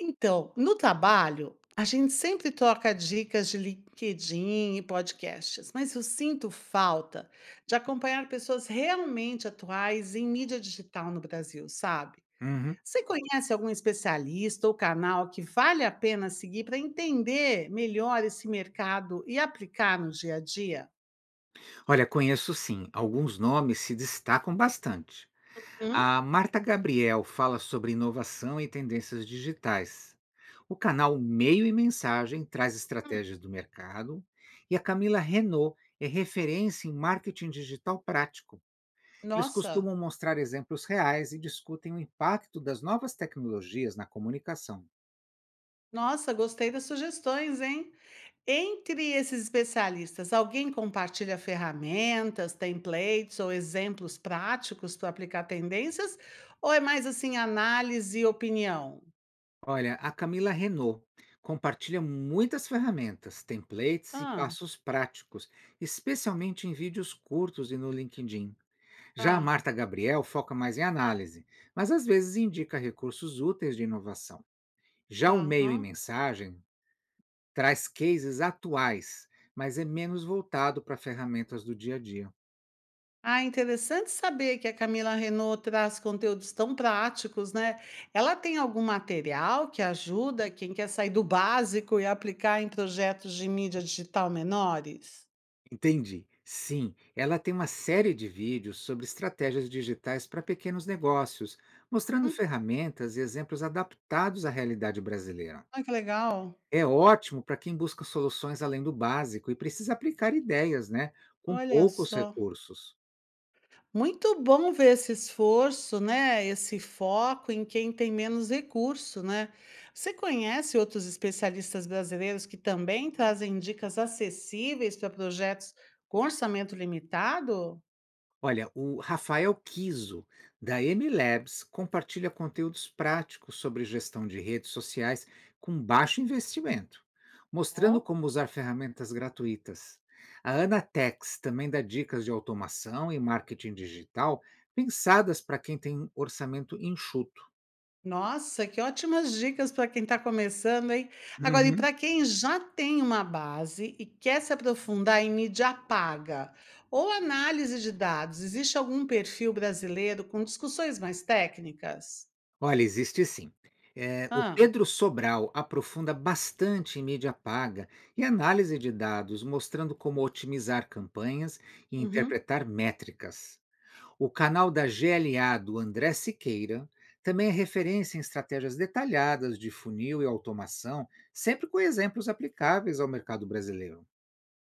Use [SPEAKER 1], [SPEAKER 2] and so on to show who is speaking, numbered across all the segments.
[SPEAKER 1] Então, no trabalho, a gente sempre troca dicas de LinkedIn e podcasts, mas eu sinto falta de acompanhar pessoas realmente atuais em mídia digital no Brasil, sabe?
[SPEAKER 2] Uhum.
[SPEAKER 1] Você conhece algum especialista ou canal que vale a pena seguir para entender melhor esse mercado e aplicar no dia a dia?
[SPEAKER 2] Olha, conheço sim, alguns nomes se destacam bastante.
[SPEAKER 1] Hum?
[SPEAKER 2] A Marta Gabriel fala sobre inovação e tendências digitais. O canal Meio e Mensagem traz estratégias do mercado. E a Camila Renault é referência em marketing digital prático. Eles
[SPEAKER 1] Nossa,
[SPEAKER 2] costumam mostrar exemplos reais e discutem o impacto das novas tecnologias na comunicação.
[SPEAKER 1] nossa, gostei das sugestões, hein? Entre esses especialistas, alguém compartilha ferramentas, templates ou exemplos práticos para aplicar tendências? Ou é mais assim, análise e opinião?
[SPEAKER 2] Olha, a Camila Renault compartilha muitas ferramentas, templates e
[SPEAKER 1] Ah,
[SPEAKER 2] passos práticos, especialmente em vídeos curtos e no LinkedIn. Já a
[SPEAKER 1] tá,
[SPEAKER 2] Marta Gabriel foca mais em análise, mas às vezes indica recursos úteis de inovação.
[SPEAKER 1] tá.
[SPEAKER 2] Já o Meio e
[SPEAKER 1] Aham.
[SPEAKER 2] Mensagem traz cases atuais, mas é menos voltado para ferramentas do dia a dia.
[SPEAKER 1] Ah, interessante saber que a Camila Renault traz conteúdos tão práticos, né? Ela tem algum material que ajuda quem quer sair do básico e aplicar em projetos de mídia digital menores?
[SPEAKER 2] Entendi. Sim, ela tem uma série de vídeos sobre estratégias digitais para pequenos negócios, mostrando
[SPEAKER 1] Hum,
[SPEAKER 2] ferramentas e exemplos adaptados à realidade brasileira.
[SPEAKER 1] ah, que legal.
[SPEAKER 2] É ótimo para quem busca soluções além do básico e precisa aplicar ideias, né, com
[SPEAKER 1] Olha
[SPEAKER 2] poucos
[SPEAKER 1] só.
[SPEAKER 2] recursos.
[SPEAKER 1] Muito bom ver esse esforço, né, esse foco em quem tem menos recurso, né. Você conhece outros especialistas brasileiros que também trazem dicas acessíveis para projetos com orçamento limitado?
[SPEAKER 2] Olha, o Rafael Kiso, da M Labs compartilha conteúdos práticos sobre gestão de redes sociais com baixo investimento, mostrando
[SPEAKER 1] Ó,
[SPEAKER 2] como usar ferramentas gratuitas. A Ana Tex também dá dicas de automação e marketing digital pensadas para quem tem um orçamento enxuto.
[SPEAKER 1] nossa, que ótimas dicas para quem está começando, hein. Agora, e
[SPEAKER 2] Uhum.
[SPEAKER 1] para quem já tem uma base e quer se aprofundar em mídia paga ou análise de dados, existe algum perfil brasileiro com discussões mais técnicas?
[SPEAKER 2] Olha, existe sim. O
[SPEAKER 1] Hã?
[SPEAKER 2] Pedro Sobral aprofunda bastante em mídia paga e análise de dados, mostrando como otimizar campanhas e
[SPEAKER 1] Uhum.
[SPEAKER 2] interpretar métricas. O canal da GLA do André Siqueira também é referência em estratégias detalhadas de funil e automação, sempre com exemplos aplicáveis ao mercado brasileiro.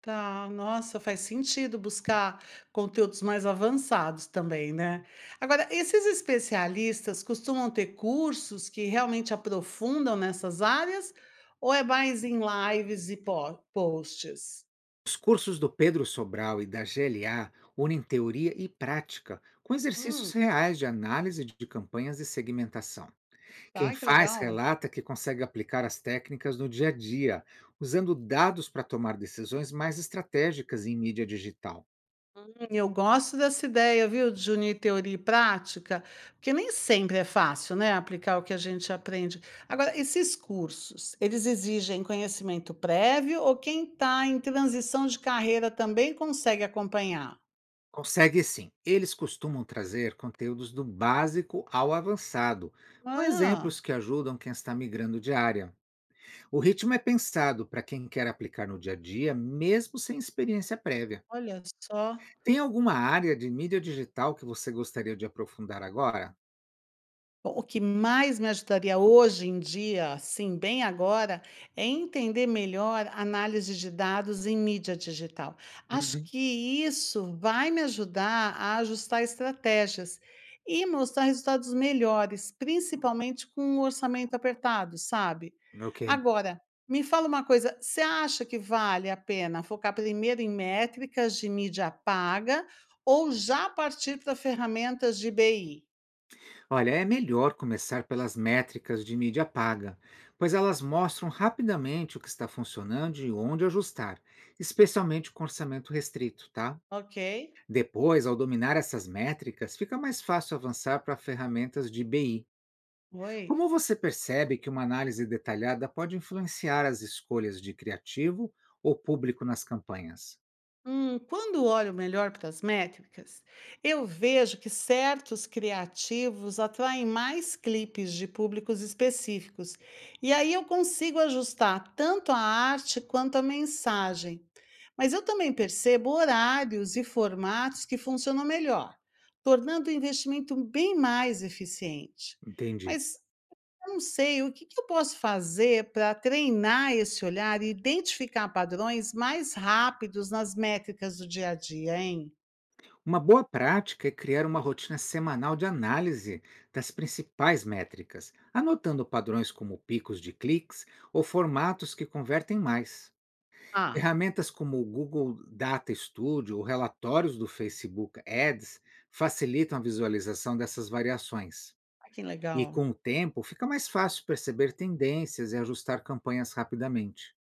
[SPEAKER 1] Tá, nossa, faz sentido buscar conteúdos mais avançados também, né? Agora, esses especialistas costumam ter cursos que realmente aprofundam nessas áreas, ou é mais em lives e posts?
[SPEAKER 2] Os cursos do Pedro Sobral e da GLA unem teoria e prática, com exercícios
[SPEAKER 1] Hum,
[SPEAKER 2] reais de análise de campanhas e segmentação. Quem
[SPEAKER 1] tá, que
[SPEAKER 2] faz
[SPEAKER 1] legal.
[SPEAKER 2] relata que consegue aplicar as técnicas no dia a dia, usando dados para tomar decisões mais estratégicas em mídia digital.
[SPEAKER 1] Eu gosto dessa ideia, viu, de unir teoria e prática, porque nem sempre é fácil, né, aplicar o que a gente aprende. Agora, esses cursos, eles exigem conhecimento prévio ou quem está em transição de carreira também consegue acompanhar?
[SPEAKER 2] Consegue sim. Eles costumam trazer conteúdos do básico ao avançado, com exemplos
[SPEAKER 1] Ah,
[SPEAKER 2] que ajudam quem está migrando de área. O ritmo é pensado para quem quer aplicar no dia a dia, mesmo sem experiência prévia.
[SPEAKER 1] olha só.
[SPEAKER 2] Tem alguma área de mídia digital que você gostaria de aprofundar agora?
[SPEAKER 1] Bom, o que mais me ajudaria hoje em dia, sim, bem agora, é entender melhor análise de dados em mídia digital. Acho
[SPEAKER 2] Uhum.
[SPEAKER 1] que isso vai me ajudar a ajustar estratégias e mostrar resultados melhores, principalmente com um orçamento apertado, sabe?
[SPEAKER 2] Ok.
[SPEAKER 1] Agora, me fala uma coisa, você acha que vale a pena focar primeiro em métricas de mídia paga ou já partir para ferramentas de BI?
[SPEAKER 2] Olha, é melhor começar pelas métricas de mídia paga, pois elas mostram rapidamente o que está funcionando e onde ajustar, especialmente com orçamento restrito, tá?
[SPEAKER 1] Ok?
[SPEAKER 2] Depois, ao dominar essas métricas, fica mais fácil avançar para ferramentas de BI.
[SPEAKER 1] Oi.
[SPEAKER 2] Como você percebe que uma análise detalhada pode influenciar as escolhas de criativo ou público nas campanhas?
[SPEAKER 1] Quando olho melhor para as métricas, eu vejo que certos criativos atraem mais clipes de públicos específicos. E aí eu consigo ajustar tanto a arte quanto a mensagem. Mas eu também percebo horários e formatos que funcionam melhor, tornando o investimento bem mais eficiente.
[SPEAKER 2] Entendi.
[SPEAKER 1] Mas não sei, o que que eu posso fazer para treinar esse olhar e identificar padrões mais rápidos nas métricas do dia a dia, hein?
[SPEAKER 2] Uma boa prática é criar uma rotina semanal de análise das principais métricas, anotando padrões como picos de cliques ou formatos que convertem mais.
[SPEAKER 1] Ah,
[SPEAKER 2] Ferramentas como o Google Data Studio ou relatórios do Facebook Ads facilitam a visualização dessas variações.
[SPEAKER 1] que
[SPEAKER 2] E
[SPEAKER 1] legal.
[SPEAKER 2] com o tempo, fica mais fácil perceber tendências e ajustar campanhas rapidamente.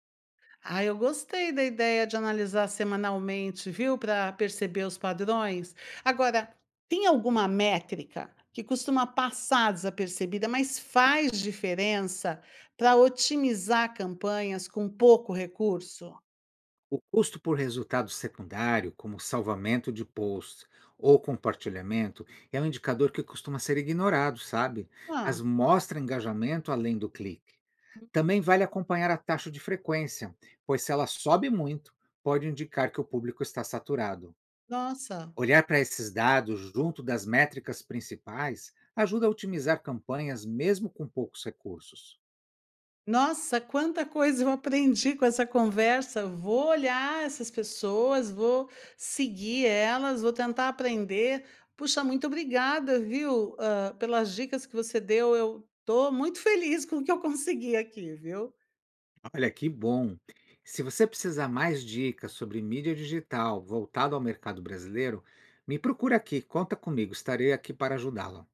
[SPEAKER 1] Ah, eu gostei da ideia de analisar semanalmente, viu, para perceber os padrões. Agora, tem alguma métrica que costuma passar desapercebida, mas faz diferença para otimizar campanhas com pouco recurso?
[SPEAKER 2] O custo por resultado secundário, como salvamento de posts ou compartilhamento, é um indicador que costuma ser ignorado, sabe? Mas
[SPEAKER 1] Ah,
[SPEAKER 2] mostra engajamento além do clique. Também vale acompanhar a taxa de frequência, pois se ela sobe muito, pode indicar que o público está saturado.
[SPEAKER 1] nossa.
[SPEAKER 2] Olhar para esses dados junto das métricas principais ajuda a otimizar campanhas mesmo com poucos recursos.
[SPEAKER 1] Nossa, quanta coisa eu aprendi com essa conversa. Vou olhar essas pessoas, vou seguir elas, vou tentar aprender. Puxa, muito obrigada, viu, pelas dicas que você deu. Eu tô muito feliz com o que eu consegui aqui, viu.
[SPEAKER 2] Olha, que bom! Se você precisar mais dicas sobre mídia digital voltado ao mercado brasileiro, me procura aqui, conta comigo, estarei aqui para ajudá-la.